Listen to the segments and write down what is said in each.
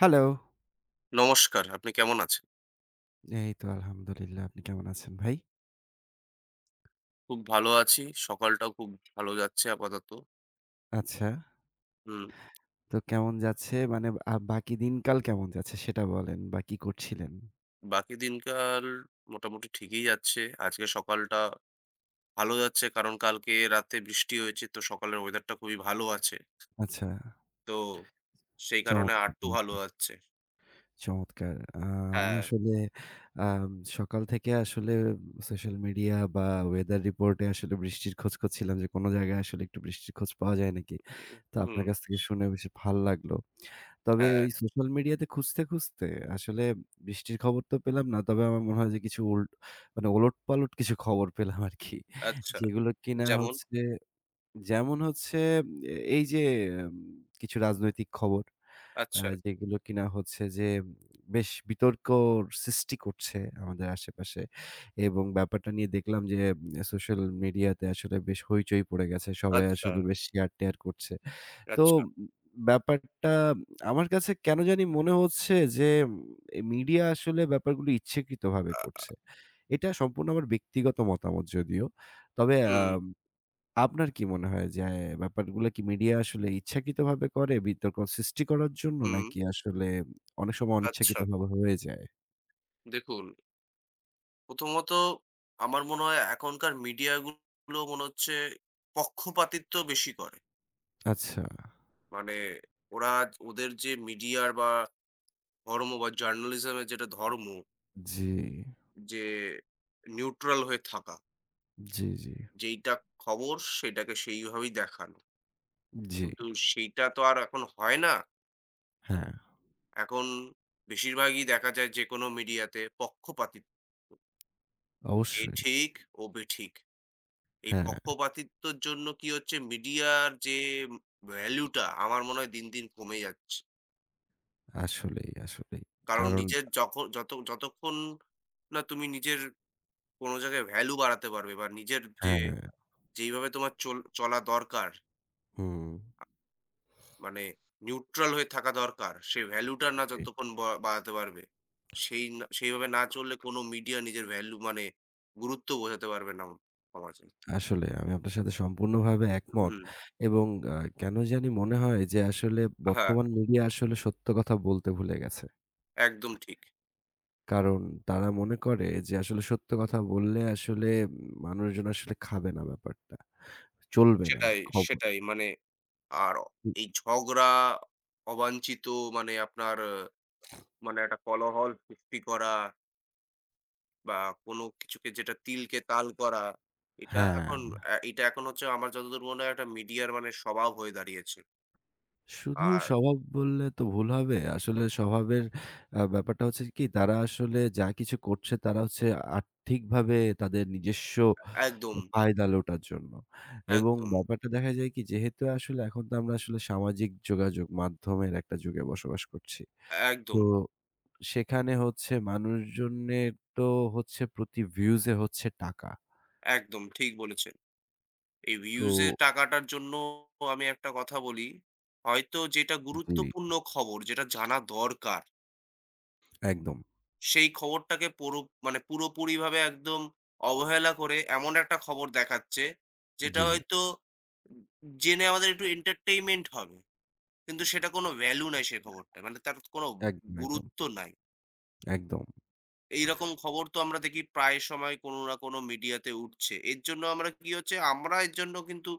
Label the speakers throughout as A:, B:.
A: Hello.
B: নমস্কার, আপনি কেমন আছেন?
A: এই তো আলহামদুলিল্লাহ। আপনি কেমন আছেন ভাই?
B: খুব ভালো আছি। সকালটাও খুব ভালো যাচ্ছে আপাতত।
A: আচ্ছা।
B: হুম।
A: তো কেমন যাচ্ছে মানে বাকি দিনকাল কেমন যাচ্ছে সেটা বলেন বা কি করছিলেন?
B: বাকি দিনকাল মোটামুটি ঠিকই যাচ্ছে। আজকে সকালটা ভালো যাচ্ছে কারণ কালকে রাতে বৃষ্টি হয়েছে তো সকালের ওয়েদারটা খুবই ভালো আছে।
A: আচ্ছা।
B: তো সেই কারণে
A: চমৎকার,
B: আরটু ভালো
A: চমৎকার,
B: যাচ্ছে।
A: চমৎকার। আমি
B: হ্যাঁ,
A: আসলে আম সকাল থেকে আসলে সোশ্যাল মিডিয়া বা ওয়েদার রিপোর্টে আসলে বৃষ্টির খোঁজ করছিলাম যে, কোন জায়গায় আসলে একটু বৃষ্টির খোঁজ পাওয়া যায় নাকি? তো
B: হুম,
A: আপনার কাছ থেকে শুনে বেশি ভাল লাগলো। তবে
B: হ্যাঁ,
A: ওই সোশ্যাল মিডিয়াতে খুঁজতে, খুঁজতে আসলে বৃষ্টির খবর তো পেলাম না। তবে আমার মনে হয় যে কিছু মানে ওলটপালট কিছু খবর পেলাম আরকি।
B: আচ্ছা।
A: যেগুলো কিনা
B: যেমন?
A: হচ্ছে যেমন হচ্ছে এই যে উম কিছু রাজনৈতিক খবর,
B: আচ্ছা,
A: যেগুলো কিনা হচ্ছে যে বেশ বিতর্কর সৃষ্টি করছে আমাদের আশেপাশে। এবং ব্যাপারটা নিয়ে দেখলাম যে সোশ্যাল মিডিয়াতে আসলে বেশ হইচই পড়ে গেছে। সবাই
B: আচ্ছা,
A: আসলে বেশ শেয়ার-টেয়ার করছে। তো
B: আচ্ছা,
A: ব্যাপারটা আমার কাছে কেন জানি মনে হচ্ছে যে উম এই মিডিয়া আসলে ব্যাপারগুলো ইচ্ছাকৃতভাবে
B: আ
A: করছে। এটা সম্পূর্ণ আমার ব্যক্তিগত মতামত যদিও। তবে
B: হুম,
A: আপনার কি মনে হয় যে ব্যাপারগুলো কি মিডিয়া আসলে ইচ্ছাকৃতভাবে করে বিতর্ক সৃষ্টি করার জন্য
B: হুম,
A: নাকি আসলে অনেক সময়
B: আচ্ছা।
A: অনিচ্ছাকৃতভাবে হয়ে যায়?
B: দেখুন, প্রথমত আমার মনে হয় এখনকার মিডিয়াগুলো মনে হচ্ছে পক্ষপাতিত্ব বেশি করে।
A: আচ্ছা।
B: মানে ওরা ওদের যে মিডিয়ার বা ধর্ম বা জার্নালিজমের যেটা ধর্ম,
A: জি,
B: যে নিউট্রাল হয়ে থাকা।
A: জি, জি,
B: যেইটা খবর সেটাকে সেইভাবেই দেখানো।
A: জি।
B: কিন্তু সেইটা তো আর এখন হয় না।
A: হ্যাঁ,
B: এখন বেশিরভাগই দেখা যায় যেকোনো মিডিয়াতে পক্ষপাতিত্ব। এ
A: অবশ্যই।
B: ঠিক, ও বেঠিক। এই
A: হ্যাঁ,
B: পক্ষপাতিত্বর জন্য কি হচ্ছে, মিডিয়ার যে ভ্যালুটা আমার মনে হয় দিন, দিন কমে যাচ্ছে।
A: আসলেই, আসলেই।
B: কারণ
A: কারণ
B: নিজের যখ যত যতক্ষণ না তুমি নিজের কোনো জায়গায় ভ্যালু বাড়াতে পারবে বা নিজের যে
A: হ্যাঁ,
B: যেইভাবে তোমার চলা দরকার,
A: হুম।
B: মানে নিউট্রাল হয়ে থাকা দরকার, সে ভ্যালুটা না
A: জি।
B: যতক্ষণ বা বাড়াতে পারবে, সেই না সেইভাবে না চললে কোনো মিডিয়া নিজের ভ্যালু মানে গুরুত্ব বোঝাতে পারবে না সমাজে।
A: আসলে আমি আপনার সাথে সম্পূর্ণভাবে একমত
B: হুম,
A: এবং কেন জানি মনে হয় যে আসলে
B: হ্যাঁ,
A: বর্তমান মিডিয়া আসলে সত্য কথা বলতে ভুলে গেছে।
B: একদম ঠিক।
A: কারণ তারা মনে করে যে আসলে সত্য কথা বললে আসলে মানুষজন আসলে খাবে না ব্যাপারটা। চলবে না
B: সেটাই,
A: খবর।
B: সেটাই মানে আর
A: হু
B: এই ঝগড়া, অবাঞ্ছিত, মানে আপনার মানে একটা কোলাহল সৃষ্টি করা বা কোনো কিছুকে যেটা তিলকে তাল করা, এটা
A: হ্যাঁ।
B: এখন এটা এখন হচ্ছে আমার যতদূর মনে হয় একটা মিডিয়ার মানে স্বভাব হয়ে দাঁড়িয়েছে।
A: শুধু
B: আর
A: স্বভাব বললে তো ভুল হবে। আসলে স্বভাবের ব্যাপারটা হচ্ছে কি তারা আসলে যা কিছু করছে তারা হচ্ছে আর্থিকভাবে তাদের নিজস্ব
B: একদম,
A: ফায়দা লোটার জন্য। এবং
B: একদম,
A: ব্যাপারটা দেখা যায় কি যেহেতু আসলে এখন তো আমরা আসলে সামাজিক যোগাযোগ মাধ্যমের একটা যুগে বসবাস করছি। তো
B: একদম,
A: সেখানে হচ্ছে মানুষজনের তো হচ্ছে প্রতি ভিউজ এ হচ্ছে টাকা।
B: একদম ঠিক বলেছেন। এই
A: তো
B: ভিউজ এর টাকাটার জন্য আমি একটা কথা বলি, হয়তো যেটা
A: জি,
B: গুরুত্বপূর্ণ খবর, যেটা জানা দরকার,
A: একদম।
B: সেই খবরটাকে পুরো মানে পুরোপুরিভাবে একদম অবহেলা করে এমন একটা খবর দেখাচ্ছে, যেটা
A: জি,
B: হয়তো জেনে আমাদের একটু entertainment হবে। কিন্তু সেটা কোনো ভ্যালু নাই সেই খবরটার। মানে তার কোনো
A: একদম, একদম,
B: গুরুত্ব নাই।
A: একদম।
B: এইরকম খবর তো আমরা দেখি প্রায় সময় কোনো না কোনো মিডিয়াতে উঠছে। এর জন্য আমরা কি হচ্ছে, আমরা এর জন্য কিন্তু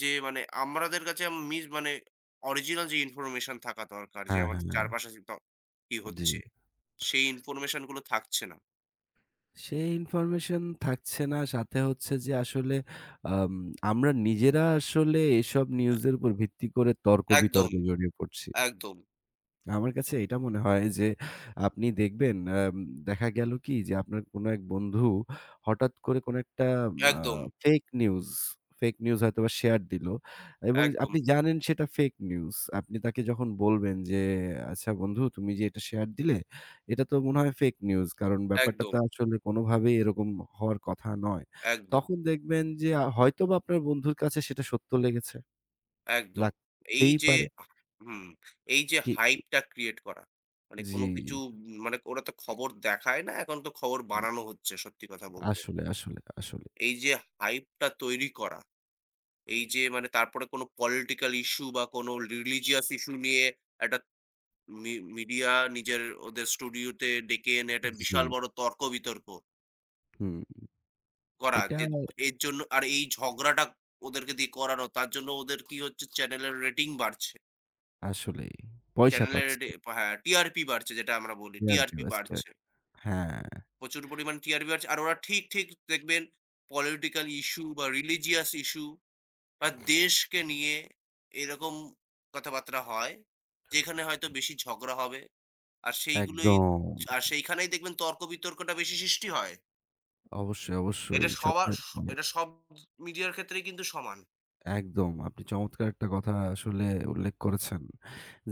B: যে মানে আমাদের কাছে মানে অরিজিনাল যে ইনফরমেশন থাকা দরকার যে
A: হ্যাঁ,
B: আমাদের
A: হ্যাঁ, হ্যাঁ।
B: চারপাশে যে কি
A: জি।
B: হচ্ছে, সেই ইনফরমেশন গুলো থাকছে না।
A: সেই ইনফরমেশন থাকছে না। সাথে হচ্ছে যে আসলে আম আমরা নিজেরা আসলে এসব নিউজের উপর ভিত্তি করে
B: একদম।
A: তর্ক-বিতর্কে জড়িয়ে পড়ছি।
B: একদম,
A: আমার কাছে এটা মনে হয় যে আপনি দেখবেন দেখা গেল কি যে আপনার কোনো এক বন্ধু হঠাৎ করে কোনো একটা আ
B: একদম,
A: ফেক নিউজ, ফেক নিউজ হয়তোবা শেয়ার দিল এবং
B: একদম,
A: আপনি জানেন সেটা ফেক নিউজ। আপনি তাকে যখন বলবেন যে, "আচ্ছা বন্ধু তুমি যে এটা শেয়ার দিলে, এটা তো মনে হয় ফেক নিউজ। কারণ ব্যাপারটা
B: একদম,
A: তো আসলে কোনোভাবেই এরকম হওয়ার কথা নয়।"
B: একদম,
A: তখন দেখবেন যে হয়তোবা আপনার বন্ধুর কাছে সেটা সত্য লেগেছে।
B: একদম। এই
A: লাগতেই
B: যে
A: পারে।
B: হুম, এই যে
A: কি
B: hype টা create করা। মানে
A: জি।
B: কোনো কিছু মানে ওরা তো খবর দেখায় না, এখন তো খবর বানানো হচ্ছে, সত্যি কথা বলতে।
A: আসলে, আসলে, আসলে।
B: এই যে hype টা তৈরি করা, এই যে মানে তারপরে কোনো political issue বা কোনো religious issue নিয়ে একটা মি মিডিয়া নিজের ওদের স্টুডিওতে ডেকে এনে একটা
A: জি,
B: বিশাল বড় তর্ক-বিতর্ক
A: হুম।
B: করা,
A: এটা
B: যে এর জন্য আর এই ঝগড়াটা ওদেরকে দিয়ে করানো, তার জন্য ওদের কি হচ্ছে, চ্যানেলের রেটিং বাড়ছে।
A: আসলেই পয়সা
B: চ্যানেলের
A: পাচ্ছে।
B: রেটি হ্যাঁ, টিআরপি বাড়ছে যেটা আমরা বলি।
A: টিআরপি
B: টিআরপি
A: পাচ্ছে।
B: বাড়ছে।
A: হ্যাঁ,
B: প্রচুর পরিমাণে টিআরপি বাড়ছে। আর ওরা ঠিক, ঠিক দেখবেন, পলিটিক্যাল ইস্যু বা রিলিজিয়াস ইস্যু বা দেশকে নিয়ে এরকম কথাবার্তা হয়। যেখানে হয়তো বেশি ঝগড়া হবে। আর সেইগুলোই
A: একদম।
B: আর সেইখানেই দেখবেন তর্ক বিতর্কটা বেশি সৃষ্টি হয়।
A: অবশ্যই,
B: এটা
A: অবশ্যই।
B: সবার
A: স্বপ্নের
B: স
A: দুনিয়া।
B: এটা সব মিডিয়ার ক্ষেত্রেই কিন্তু সমান।
A: একদম। আপনি চমৎকার একটা কথা আসলে উল্লেখ করেছেন।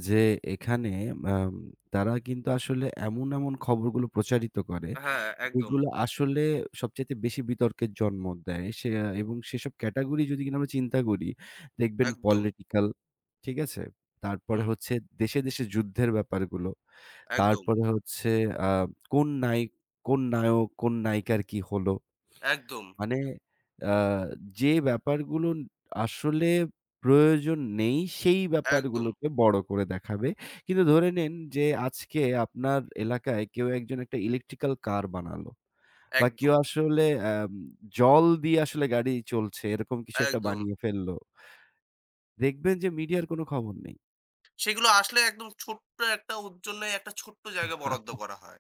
A: যে এখানে আম তারা কিন্তু আসলে এমন, এমন খবরগুলো প্রচারিত করে
B: হ্যাঁ, একদম।
A: যেগুলো আসলে সবচাইতে বেশি বিতর্কের জন্ম দেয় সে, এবং সেসব ক্যাটেগরি যদি কিনা আমরা চিন্তা করি, দেখবেন
B: একদম,
A: পলিটিক্যাল, ঠিক আছে? তারপরে
B: হুম,
A: হচ্ছে দেশে, দেশে যুদ্ধের ব্যাপারগুলো।
B: একদম,
A: তারপরে হচ্ছে আ কোন নায়ক, কোন নায়ক, কোন নায়িকার কি হলো?
B: একদম,
A: মানে আ যে ব্যাপারগুলো আসলে প্রয়োজন নেই, সেই
B: একদম,
A: ব্যাপারগুলোকে বড় করে দেখাবে। কিন্তু ধরে নিন যে আজকে আপনার এলাকায় কেউ একজন একটা ইলেকট্রিক্যাল কার বানালো বা কেউ
B: একদম,
A: আসলে আম জল দিয়ে আসলে গাড়ি চলছে, এরকম কিছু একটা
B: একদম।
A: বানিয়ে ফেললো। দেখবেন যে মিডিয়ার কোনো খবর নেই।
B: সেগুলো আসলে একদম ছোট্ট একটা, ওর জন্য একটা ছোট্ট জায়গা বরাদ্দ করা হয়।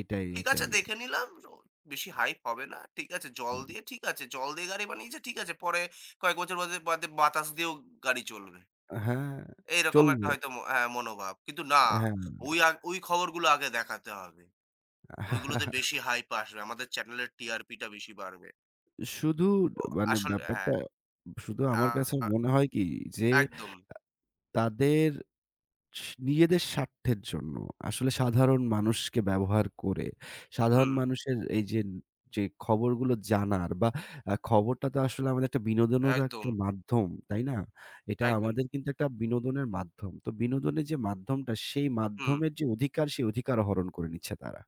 A: এটাই,
B: ঠিক আছে,
A: এটাই।
B: দেখে নিলাম, ও বেশি হাইপ হবে না। ঠিক আছে, জল
A: হুম।
B: দিয়ে ঠিক আছে, জল দিয়ে গাড়ি বানিয়েছে ঠিক আছে। পরে কয়েক বছর বাদে, বাদে বাতাস দিয়েও গাড়ি চলবে।
A: হ্যাঁ,
B: এইরকম একটা
A: চলবে।
B: হয়তো মনোভাব। কিন্তু না, ওই খবরগুলো আগে দেখাতে হবে। ওইগুলোতে
A: হ্যাঁ।
B: বেশি হাইপ আসবে। আমাদের চ্যানেলের টিআরপি টা বেশি বাড়বে।
A: শুধু
B: ও
A: মানে
B: আসলে হ্যাঁ,
A: ব্যাপারটা শুধু
B: আ
A: আমার কাছে মনে হয় কি যে
B: একদম।
A: তাদের স নিজেদের স্বার্থের জন্য আসলে সাধারণ মানুষকে ব্যবহার করে সাধারণ
B: হুম,
A: মানুষের এই যে, যে খবরগুলো জানার বা খবরটা তো আসলে আমাদের একটা বিনোদনেরও
B: একদম,
A: একটা মাধ্যম, তাই না? এটা
B: একদম।
A: আমাদের কিন্তু একটা বিনোদনের মাধ্যম। তো বিনোদনের যে মাধ্যমটা সেই
B: হুম,
A: মাধ্যমের যে অধিকার সেই অধিকার হরণ করে নিচ্ছে তারা।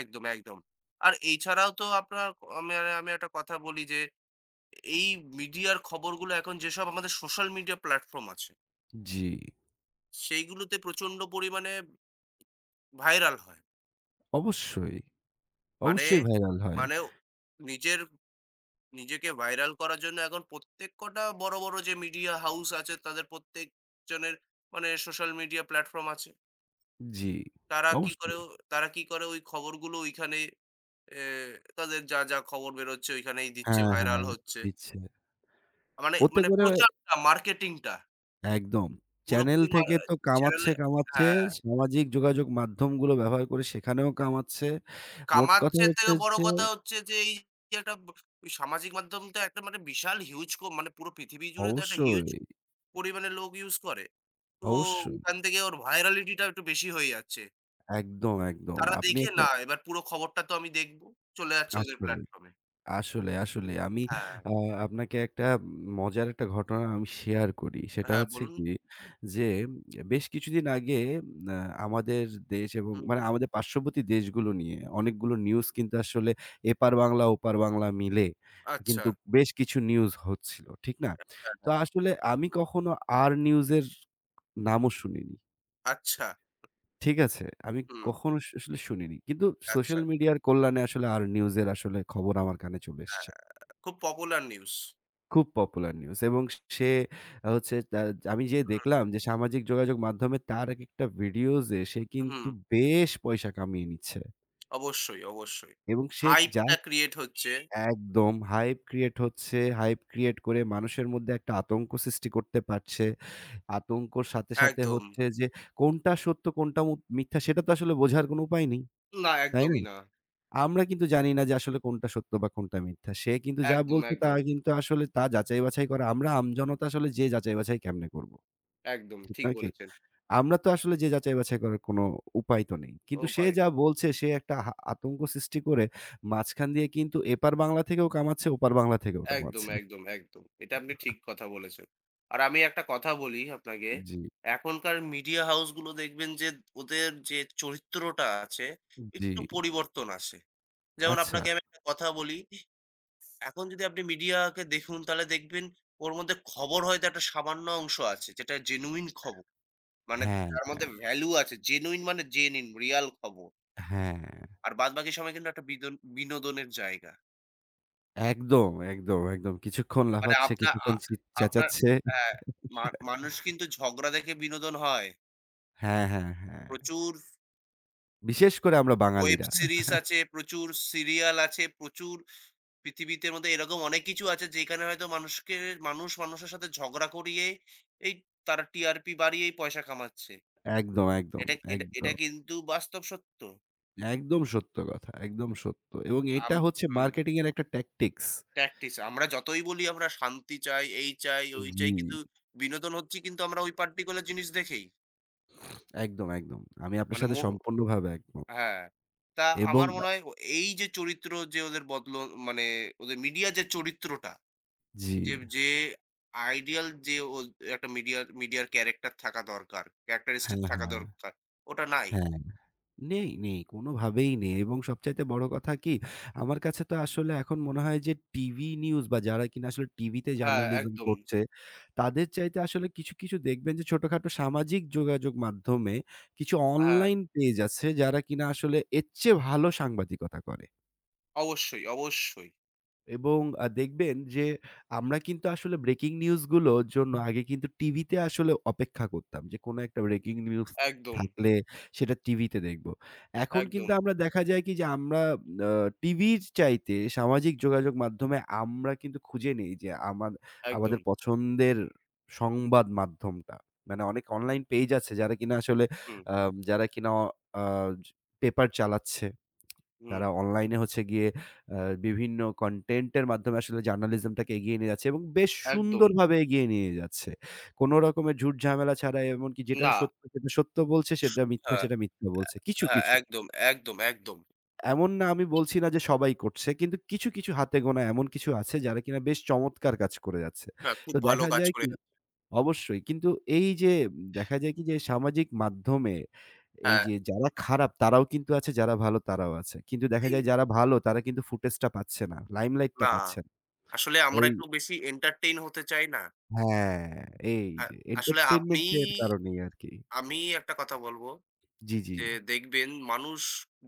B: একদম, একদম। আর এছাড়াও তো আমি আমি একটা কথা বলি যে এই মিডিয়ার খবরগুলো এখন যেসব আমাদের সোশ্যাল মিডিয়া প্ল্যাটফর্ম আছে,
A: জি,
B: সেইগুলোতে প্রচন্ড পরিমাণে ভাইরাল হয়।
A: অবশ্যই,
B: মানে
A: অবশ্যই ভাইরাল হয়।
B: মানে নিজের নিজেকে ভাইরাল করার জন্য এখন প্রত্যেক কটা বড়, বড় যে মিডিয়া হাউস আছে তাদের প্রত্যেকজনের মানে সোশ্যাল মিডিয়া প্ল্যাটফর্ম আছে।
A: জি, অবশ্যই।
B: তারা কি করে ওই খবরগুলো ওইখানে এ তাদের যা, যা খবর বেরোচ্ছে ঐখানেই দিচ্ছে,
A: হ্যাঁ, হ্যাঁ,
B: ভাইরাল হচ্ছে।
A: দিচ্ছে।
B: মানে
A: ওতে
B: মানে
A: করে
B: প্রচারটা, মার্কেটিংটা
A: একদম। চ্যানেল
B: পুরোপুরি
A: থেকে তো কামাচ্ছে,
B: চ্যানেলে
A: কামাচ্ছে।
B: হ্যাঁ,
A: সামাজিক যোগাযোগ মাধ্যমগুলো ব্যবহার করে সেখানেও কামাচ্ছে। মোট কথা
B: কামাচ্ছে থেকে
A: হচ্ছে
B: বড়
A: যে
B: কথা হচ্ছে যে এই যে একটা ব ওই সামাজিক মাধ্যমটা একটা মানে বিশাল হিউজ মানে পুরো পৃথিবী জুড়ে তো একটা হিউজ
A: অবশ্যই,
B: পরিমাণে লোক ইউজ করে। তো
A: অবশ্যই।
B: ওখান থেকে ওর ভাইরালিটিটা একটু বেশি হয়ে যাচ্ছে।
A: একদম, একদম।
B: তারা
A: আপনি
B: দেখে
A: একটা
B: না, এবার পুরো খবরটা তো আমি দেখব। চলে যাচ্ছে ওদের
A: আসলেই।
B: প্ল্যাটফর্ম এ।
A: আসলে, আসলে আমি
B: হ্যাঁ,
A: আ আপনাকে একটা মজার একটা ঘটনা আমি শেয়ার করি। সেটা
B: হ্যাঁ
A: হচ্ছে
B: বলুন।
A: কি যে বেশ কিছুদিন আগে আ আমাদের দেশ এবং
B: হুম,
A: মানে
B: হুম।
A: আমাদের পার্শ্ববর্তী দেশগুলো নিয়ে অনেকগুলো নিউজ কিন্তু আসলে এপার বাংলা, ওপার বাংলা মিলে
B: আচ্ছা।
A: কিন্তু বেশ কিছু নিউজ হচ্ছিল। ঠিক না?
B: হ্যাঁ,
A: তো
B: হ্যাঁ।
A: আসলে আমি কখনো আর নিউজের নামও শুনিনি।
B: আচ্ছা।
A: ঠিক আছে? আমি
B: হুম,
A: কখনো আসলে শুনিনি। কিন্তু
B: আচ্ছা।
A: সোশ্যাল মিডিয়ার কল্যাণে আসলে আর নিউজের আসলে খবর আমার কানে চলে
B: হ্যাঁ।
A: এসছে।
B: খুব পপুলার নিউজ।
A: খুব পপুলার নিউজ এবং সে হচ্ছে তা আমি যেয়ে
B: হুম,
A: দেখলাম যে সামাজিক যোগাযোগ মাধ্যমে তার একেকটা ভিডিওজে সে
B: হুম,
A: কিন্তু বেশ পয়সা কামিয়ে নিচ্ছে
B: অবশ্যই, অবশ্যই।
A: এবং সে
B: হাইপ
A: যা
B: টা ক্রিয়েট হচ্ছে।
A: একদম হাইপ ক্রিয়েট হচ্ছে। হাইপ ক্রিয়েট করে মানুষের মধ্যে একটা আতঙ্ক সৃষ্টি করতে পারছে। আতঙ্কর সাথে, সাথে
B: একদম।
A: হচ্ছে যে কোনটা সত্য কোনটা মিথ্যা সেটা তো আসলে বোঝার কোনো উপায় নেই।
B: না,
A: তাই না?
B: একদমই না।
A: আমরা কিন্তু জানি না যে আসলে কোনটা সত্য বা কোনটা মিথ্যা। সে কিন্তু যা
B: একদম,
A: বলছে তা
B: একদম,
A: কিন্তু আসলে তা যাচাই-বাছাই করা। আমরা আমজনতা আসলে যে যাচাই-বাছাই কেমনে করব?
B: একদম
A: ঠিক
B: ঠিক
A: নয় কি?
B: বলেছেন।
A: আমরা তো আসলে যে যাচাই-বাছাই করার কোনো উপায় তো নেই। কিন্তু সে
B: উপায় নেই।
A: যা বলছে সে একটা আতঙ্ক সৃষ্টি করে মাঝখান দিয়ে কিন্তু এপার বাংলা থেকেও কামাচ্ছে, ওপার বাংলা থেকেও
B: একদম,
A: কামাচ্ছে।
B: একদম, একদম। এটা আপনি ঠিক কথা বলেছেন। আর আমি একটা কথা বলি আপনাকে।
A: জি,
B: এখনকার মিডিয়া হাউস গুলো দেখবেন যে ওদের যে চরিত্রটা আছে
A: জি।
B: একটু পরিবর্তন আসে। যেমন
A: আচ্ছা।
B: আপনাকে আমি একটা কথা বলি, এখন যদি আপনি মিডিয়াকে দেখুন তাহলে দেখবেন ওর মধ্যে খবর হয়তো একটা সামান্য অংশ আছে যেটা জেনুইন খবর। মানে
A: হ্যাঁ,
B: তার মধ্যে ভ্যালু আছে। জেনুইন মানে জেনুইন রিয়াল খবর।
A: হ্যাঁ।
B: আর বাদবাকি সময় কিন্তু একটা বিনোদনের জায়গা।
A: একদম, একদম, একদম। কিছুক্ষণ
B: মানে
A: লাফাচ্ছে, কিছুক্ষণ
B: আপনার
A: চেঁচাচ্ছে।
B: হ্যাঁ, মানুষ কিন্তু ঝগড়া দেখে বিনোদন হয়।
A: হ্যাঁ, হ্যাঁ, হ্যাঁ।
B: প্রচুর
A: বিশেষ করে আমরা
B: ওয়েব
A: বাঙালিরা।
B: সিরিজ আছে, প্রচুর সিরিয়াল আছে, প্রচুর পৃথিবীতে মধ্যে এরকম অনেক কিছু আছে যেখানে হয়তো মানুষ মানুষের সাথে ঝগড়া করিয়ে এই তারা টিআরপি বাড়িয়েই পয়সা কামাচ্ছে।
A: একদম, একদম,
B: এটা এটা এটা
A: একদম,
B: কিন্তু বাস্তব সত্য।
A: একদম সত্য কথা। একদম সত্য। এবং
B: আম
A: এটা হচ্ছে
B: হুম,
A: মার্কেটিং এর একটা ট্যাকটিক্স।
B: প্র্যাকটিস। আমরা যতই বলি আমরা শান্তি চাই, এই চাই, ওই
A: জি,
B: চাই, কিন্তু বিনোদন হচ্ছি কিন্তু আমরা ওই পার্টিকুলার জিনিস দেখেই।
A: একদম, একদম। আমি আপনার
B: মানে
A: সাথে
B: মো
A: সম্পূর্ণভাবে একমত।
B: হ্যাঁ। তা
A: এবং
B: আমার মনে হয় এই যে চরিত্র যে ওদের বদল, মানে ওদের মিডিয়া যে চরিত্রটা,
A: জি।
B: যে যে আইডিয়াল যে একটা মিডিয়ার মিডিয়ার ক্যারেক্টার থাকা দরকার,
A: হ্যাঁ,
B: ক্যারেক্টারিস্টিক থাকা
A: হ্যাঁ,
B: দরকার, ওটা নাই।
A: হ্যাঁ। নেই, নেই। কোনোভাবেই নেই এবং সবচাইতে বড় কথা কি? আমার কাছে তো আসলে এখন মনে হয় যে টিভি নিউজ বা যারা কিনা আসলে টিভিতে
B: হ্যাঁ,
A: জার্নালিজম
B: একদম।
A: করছে, তাদের চাইতে আসলে কিছু, কিছু দেখবেন যে ছোটখাটো সামাজিক যোগাযোগ মাধ্যমে কিছু
B: হ্যাঁ,
A: অনলাইন পেজ আছে যারা কিনা আসলে এর চেয়ে ভালো সাংবাদিকতা করে।
B: অবশ্যই, অবশ্যই।
A: এবং দেখবেন যে আমরা কিন্তু আসলে ব্রেকিং নিউজ গুলোর জন্য আগে কিন্তু টিভিতে আসলে অপেক্ষা করতাম যে কোনো একটা ব্রেকিং নিউজ
B: একদম,
A: থাকলে সেটা টিভিতে দেখব। এখন
B: একদম,
A: কিন্তু আমরা দেখা যায় কি যে আমরা আ টিভির চাইতে সামাজিক যোগাযোগ মাধ্যমে আমরা কিন্তু খুঁজে নেই যে
B: একদম।
A: আমাদের পছন্দের সংবাদ মাধ্যমটা। মানে অনেক অনলাইন পেজ আছে যারা কিনা আসলে
B: হুম,
A: আ যারা কিনা অ আ পেপার চালাচ্ছে।
B: হুম,
A: তারা অনলাইনে হচ্ছে গিয়ে আ বিভিন্ন কনটেন্ট এর মাধ্যমে আসলে জার্নালিজমটাকে এগিয়ে নিয়ে যাচ্ছে এবং বেশ
B: একদম।
A: সুন্দরভাবে এগিয়ে নিয়ে যাচ্ছে। কোন রকমের ঝুট-ঝামেলা ছাড়া এমনকি যেটা
B: না,
A: সত্য, সেটা সত্য বলছে, সেটা মিথ্যা,
B: হ্যাঁ,
A: সেটা মিথ্যা বলছে। কিছু,
B: হ্যাঁ,
A: কিছু।
B: একদম, একদম, একদম।
A: এমন না আমি বলছি না যে সবাই করছে। কিন্তু কিছু, কিছু হাতে গোনা এমন কিছু আছে যারা কিনা বেশ চমৎকার কাজ করে যাচ্ছে।
B: হ্যাঁ, খুব
A: তো
B: ভালো
A: দেখা
B: কাজ
A: যায়
B: করে।
A: কি অবশ্যই। কিন্তু এই যে দেখা যায় কি যে সামাজিক মাধ্যমে এই
B: হ্যাঁ,
A: যে যারা খারাপ তারাও কিন্তু আছে, যারা ভালো তারাও আছে। কিন্তু দেখা যায়
B: এই
A: যারা ভালো তারা কিন্তু ফুটেজটা পাচ্ছে না। লাইমলাইট টা
B: না,
A: পাচ্ছে না।
B: আসলে আমরা
A: ওই
B: একটু বেশি entertain হতে চাই না।
A: হ্যাঁ, এই
B: আ
A: যে
B: আসলে
A: এন্টারটেইনমেন্ট এর কারণেই আরকি।
B: আমি একটা কথা বলবো
A: জি, জি।
B: যে দেখবেন মানুষ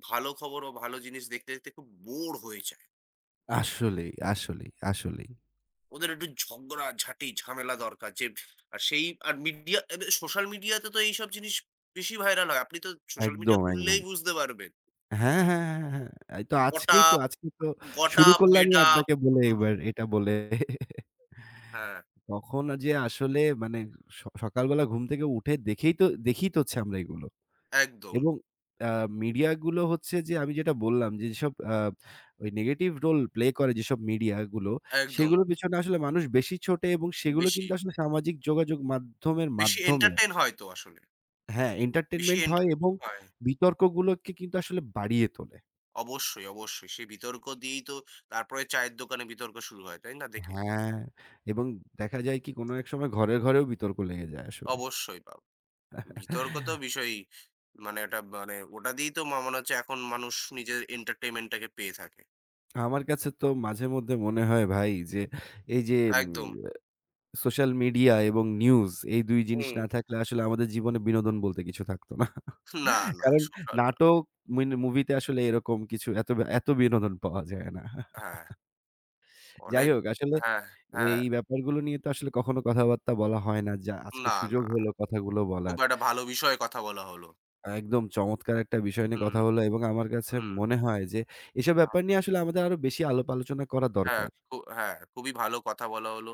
B: ভালো খবর ও ভালো জিনিস দেখতে, দেখতে খুব বোর হয়ে যায়।
A: আসলেই, আসলেই, আসলেই।
B: ওদের একটু ঝগড়া, ঝাঁটি, ঝামেলা দরকার, যে আর সেই আর মিডিয়া সোশ্যাল মিডিয়াতে তো এইসব জিনিস বেশি ভাইরাল হয়। আপনি তো সোশ্যাল মিডিয়া
A: একদম, একদম।
B: খুললেই বুঝতে পারবেন।
A: হ্যাঁ, হ্যাঁ, হ্যাঁ, হ্যাঁ। হ্যাঁ। এই তো
B: গোটা
A: আজকেই তো আজকে তো
B: Got
A: শুরু
B: up, made
A: করলামই
B: up।
A: আপনাকে বলে
B: হুম,
A: এবার এটা বলে।
B: হ্যাঁ,
A: তখন যে আসলে মানে সকালবেলা ঘুম থেকে উঠে দেখেই তো দেখি তো হচ্ছে আমরা এগুলো।
B: একদম,
A: এবং আ মিডিয়া গুলো হচ্ছে যে আমি যেটা বললাম যে যেসব ওই নেগেটিভ রোল প্লে করে যেসব মিডিয়া গুলো,
B: একদম।
A: সেগুলোর পেছনে আসলে মানুষ বেশি ছোটে এবং সেগুলো
B: বেশি,
A: কিন্তু আসলে সামাজিক যোগাযোগ মাধ্যমের
B: বেশি
A: মাধ্যমে
B: entertain হয় তো আসলে।
A: হ্যাঁ,
B: বেশি
A: এন্টারটেইনমেন্ট হয়
B: entertain
A: এবং
B: হয়।
A: বিতর্কগুলোকে কিন্তু আসলে বাড়িয়ে তোলে।
B: অবশ্যই, অবশ্যই। সেই বিতর্ক দিয়েই তো তারপরে চায়ের দোকানে বিতর্ক শুরু হয়, তাই না? দেখে?
A: হ্যাঁ, এবং দেখা যায় কি কোনো এক সময় ঘরে, ঘরেও বিতর্ক লেগে যায় আসলে।
B: অবশ্যই বিতর্ক তো বিষয়ই, মানে এটা মানে ওটা দিয়েই তো মনে হচ্ছে এখন মানুষ নিজের entertainment টাকে পেয়ে থাকে।
A: আমার কাছে তো মাঝে মধ্যে মনে হয় ভাই যে এই যে
B: একদম।
A: সোশ্যাল মিডিয়া এবং নিউজ এই ২ জিনিস
B: হুম।
A: না থাকলে আসলে আমাদের জীবনে বিনোদন বলতে কিছু থাকতো না।
B: না, না।
A: কারণ নাটক মুভিতে আসলে এরকম কিছু এত এত বিনোদন পাওয়া যায় না।
B: হ্যাঁ,
A: যাই
B: অনেক
A: হোক আসলে
B: হ্যাঁ, হ্যাঁ।
A: এই ব্যাপারগুলো নিয়ে তো আসলে কখনো কথাবার্তা বলা হয় না। যা আজকে
B: না,
A: সুযোগ
B: না।
A: হলো কথাগুলো
B: খুব
A: বলার।
B: একটা ভালো বিষয়ে কথা বলা হলো।
A: একদম চমৎকার একটা বিষয় নিয়ে
B: হুম,
A: কথা হলো এবং আমার কাছে
B: হুম।
A: মনে হয় যে এসব ব্যাপার নিয়ে আসলে আমাদের আরো বেশি আলাপ আলোচনা করা
B: হ্যাঁ,
A: দরকার।
B: খুবই ভালো কথা বলা হলো।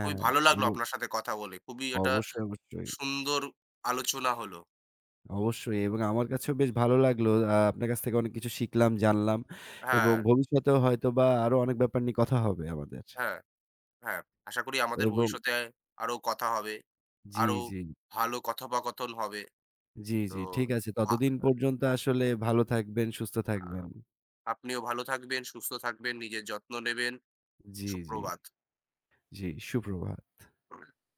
B: খুবই ভালো লাগলো
A: এবং
B: আপনার সাথে কথা বলে। খুবই এটা
A: অবশ্যই, অবশ্যই,
B: সুন্দর আলোচনা হলো।
A: অবশ্যই এবং আমার কাছেও বেশ ভালো লাগলো। আপনার কাছ থেকে অনেক কিছু শিখলাম, জানলাম
B: হ্যাঁ,
A: এবং ভবিষ্যতেও হয়তোবা আরো অনেক ব্যাপার নিয়ে কথা হবে আমাদের।
B: হ্যাঁ, হ্যাঁ। আশা করি আমাদের
A: এবং
B: ভবিষ্যতে আরো কথা হবে।
A: জি,
B: আরো
A: জি,
B: ভালো কথোপকথন হবে।
A: জি,
B: তো
A: জি, ঠিক আছে।
B: আ
A: ততদিন পর্যন্ত আসলে ভালো থাকবেন, সুস্থ
B: আ
A: থাকবেন।
B: আপনিও ভালো থাকবেন, সুস্থ থাকবেন, নিজের যত্ন নেবেন।
A: জি, জি,
B: সুপ্রভাত।
A: জি, সুপ্রভাত।